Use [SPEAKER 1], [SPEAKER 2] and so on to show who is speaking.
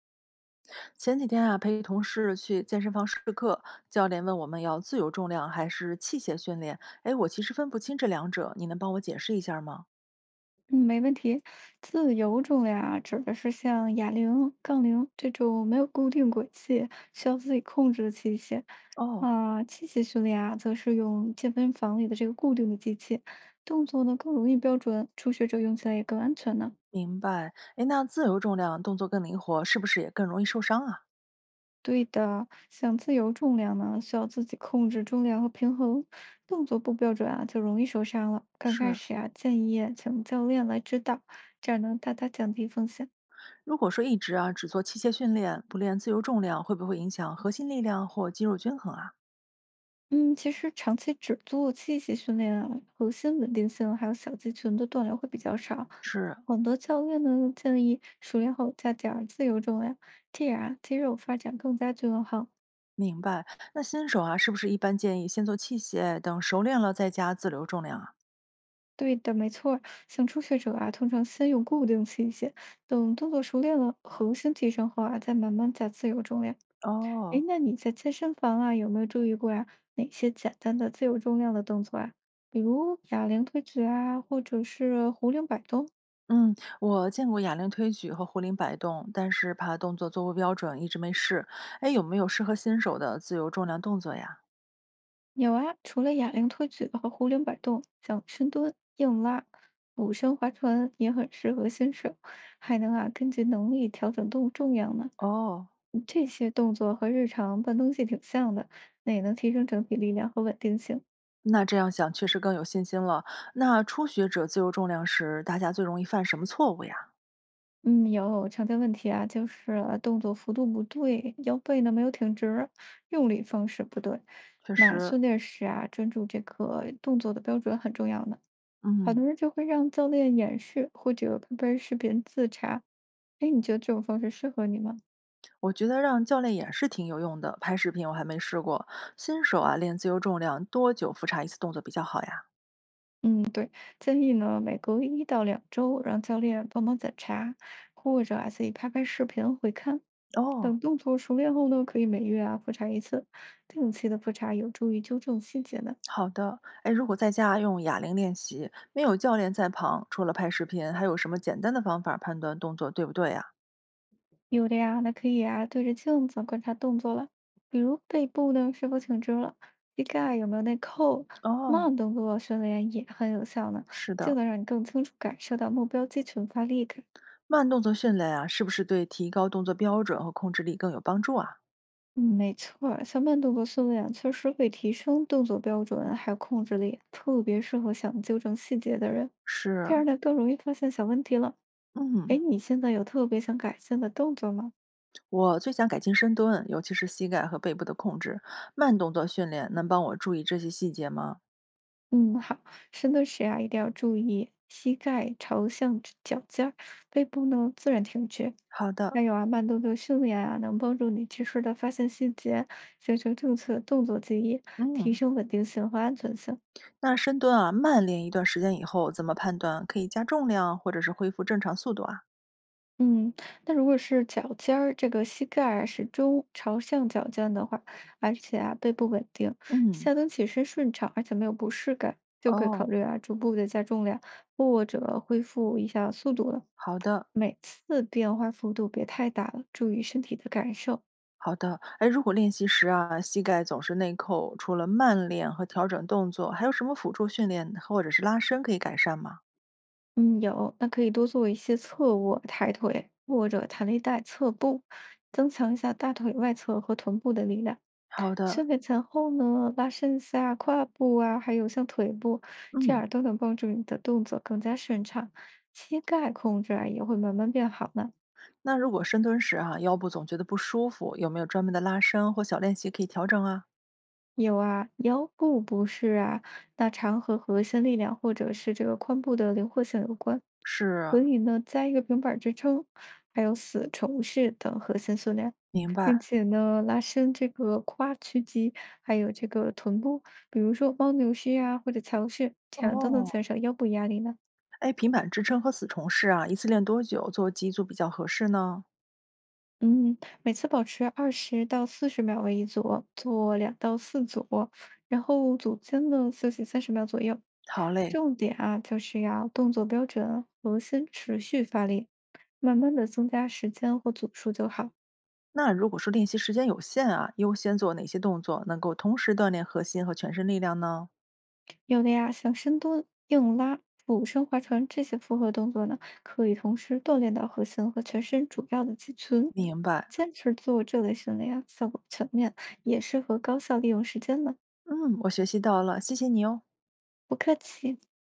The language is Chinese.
[SPEAKER 1] 前几天啊，陪同事去健身房试课，教练问我们要自由重量还是器械训练。哎，我其实分不清这两者，你能帮我解释一下吗？
[SPEAKER 2] 嗯，没问题。自由重量啊，指的是像哑铃、杠铃这种没有固定轨迹、需要自己控制的器械。
[SPEAKER 1] 哦，
[SPEAKER 2] 啊、器械训练啊，则是用健身房里的这个固定的机器，动作呢更容易标准，初学者用起来也更安全呢。
[SPEAKER 1] 明白。哎，那自由重量动作更灵活，是不是也更容易受伤啊？
[SPEAKER 2] 对的，像自由重量呢，需要自己控制重量和平衡，动作不标准啊，就容易受伤了。刚开
[SPEAKER 1] 是，
[SPEAKER 2] 始啊，建议请教练来指导，这样能大大降低风险。
[SPEAKER 1] 如果说一直啊只做器械训练，不练自由重量，会不会影响核心力量或肌肉均衡啊？
[SPEAKER 2] 嗯，其实长期只做器械训练啊，核心稳定性还有小肌群的锻炼会比较少。
[SPEAKER 1] 是，
[SPEAKER 2] 很多教练呢建议熟练后加点儿自由重量，这样啊肌肉发展更加均衡。
[SPEAKER 1] 明白。那新手啊，是不是一般建议先做器械，等熟练了再加自由重量啊？
[SPEAKER 2] 对的，没错儿。像初学者啊，通常先用固定器械，等动作熟练了，核心提升后啊，再慢慢加自由重量。诶，
[SPEAKER 1] 哦，
[SPEAKER 2] 那你在健身房啊，有没有注意过呀？哪些简单的自由重量的动作啊？比如哑铃推举啊，或者是壶铃摆动。
[SPEAKER 1] 嗯，我见过哑铃推举和壶铃摆动，但是怕动作做不标准，一直没试。哎，有没有适合新手的自由重量动作呀？
[SPEAKER 2] 有啊，除了哑铃推举和壶铃摆动，像深蹲、硬拉、俯身划船也很适合新手，还能啊根据能力调整动重量呢。
[SPEAKER 1] 哦，
[SPEAKER 2] 这些动作和日常搬东西挺像的，那也能提升整体力量和稳定性。
[SPEAKER 1] 那这样想确实更有信心了。那初学者自由重量时，大家最容易犯什么错误呀？
[SPEAKER 2] 嗯，有常见问题啊，就是啊动作幅度不对，腰背呢没有挺直，用力方式不对。
[SPEAKER 1] 确
[SPEAKER 2] 那
[SPEAKER 1] 实，
[SPEAKER 2] 训练时啊，专注这个动作的标准很重要呢。好多
[SPEAKER 1] 嗯，
[SPEAKER 2] 人就会让教练演示或者拍拍视频自查。哎，你觉得这种方式适合你吗？
[SPEAKER 1] 我觉得让教练演示挺有用的。拍视频我还没试过，新手啊练自由重量多久复查一次动作比较好呀？
[SPEAKER 2] 嗯，对，建议呢，每隔1到2周让教练帮忙检查，或者啊自己拍拍视频回看。
[SPEAKER 1] 哦，
[SPEAKER 2] 等动作熟练后呢，可以每月啊复查一次，定期的复查有助于纠正细节呢。
[SPEAKER 1] 好的，哎，如果在家用哑铃练习，没有教练在旁，除了拍视频，还有什么简单的方法判断动作对不对啊？
[SPEAKER 2] 有的呀，那可以啊，对着镜子观察动作了，比如背部呢是否挺直了，膝盖有没有内扣，
[SPEAKER 1] 哦，
[SPEAKER 2] 慢动作训练也很有效呢，
[SPEAKER 1] 是
[SPEAKER 2] 就
[SPEAKER 1] 的，
[SPEAKER 2] 能让你更清楚感受到目标肌群发力感。
[SPEAKER 1] 慢动作训练啊，是不是对提高动作标准和控制力更有帮助啊？
[SPEAKER 2] 嗯，没错儿，像慢动作训练确实会提升动作标准，还有控制力，特别适合想纠正细节的人，这
[SPEAKER 1] 是，
[SPEAKER 2] 样呢更容易发现小问题了。哎，
[SPEAKER 1] 嗯，
[SPEAKER 2] 你现在有特别想改进的动作吗？
[SPEAKER 1] 我最想改进深蹲，尤其是膝盖和背部的控制。慢动作训练能帮我注意这些细节吗？
[SPEAKER 2] 嗯，好，深蹲时啊，一定要注意膝盖朝向指脚尖儿，背部呢自然挺直。
[SPEAKER 1] 好的，
[SPEAKER 2] 还有啊，慢动作训练啊，能帮助你及时的发现细节，形成正确的动作记忆，提
[SPEAKER 1] 嗯，
[SPEAKER 2] 升稳定性和安全性。
[SPEAKER 1] 那深蹲啊，慢练一段时间以后，怎么判断可以加重量或者是恢复正常速度啊？
[SPEAKER 2] 嗯，那如果是脚尖儿，这个膝盖啊始终朝向脚尖的话，而且啊背部稳定，
[SPEAKER 1] 嗯，
[SPEAKER 2] 下蹲起身顺畅，而且没有不适感，就可以考
[SPEAKER 1] 哦，
[SPEAKER 2] 虑啊逐步的加重量，或者恢复一下速度了。
[SPEAKER 1] 好的，
[SPEAKER 2] 每次变化幅度别太大了，注意身体的感受。
[SPEAKER 1] 好的。哎，如果练习时啊，膝盖总是内扣，除了慢练和调整动作，还有什么辅助训练或者是拉伸可以改善吗？
[SPEAKER 2] 嗯，有，那可以多做一些侧卧、抬腿或者弹力带侧步，增强一下大腿外侧和臀部的力量。
[SPEAKER 1] 好
[SPEAKER 2] 修
[SPEAKER 1] 的，
[SPEAKER 2] 改前后呢，拉伸一下胯部啊，还有像腿部，这
[SPEAKER 1] 嗯。
[SPEAKER 2] 样都能帮助你的动作更加顺畅，膝盖控制啊也会慢慢变好呢。
[SPEAKER 1] 那如果深蹲时啊，腰部总觉得不舒服，有没有专门的拉伸或小练习可以调整啊？
[SPEAKER 2] 有啊，腰部不适啊，那常和核心力量或者是这个髋部的灵活性有关。
[SPEAKER 1] 是，
[SPEAKER 2] 可以呢，加一个平板儿支撑，还有死虫式等核心训练，
[SPEAKER 1] 明白。
[SPEAKER 2] 并且呢，拉伸这个胯屈肌，还有这个臀部，比如说猫牛式啊，或者桥式，这样都能减
[SPEAKER 1] 哦，
[SPEAKER 2] 少腰部压力呢。
[SPEAKER 1] 哎，平板支撑和死虫式啊，一次练多久做几组比较合适呢？
[SPEAKER 2] 嗯，每次保持20到40秒为一组，做2到4组，然后组间呢休息30秒左右。
[SPEAKER 1] 好嘞。
[SPEAKER 2] 重点啊，就是要动作标准，核心持续发力，慢慢的增加时间或组数就好。
[SPEAKER 1] 那如果说练习时间有限啊，优先做哪些动作能够同时锻炼核心和全身力量呢？
[SPEAKER 2] 有的呀，像深蹲、硬拉、俯身划船这些复合动作呢，可以同时锻炼到核心和全身主要的肌群。
[SPEAKER 1] 明白。
[SPEAKER 2] 坚持做这类训练啊，效果全面，也适合高效利用时间呢。
[SPEAKER 1] 嗯，我学习到了，谢谢你哦。
[SPEAKER 2] 不客气。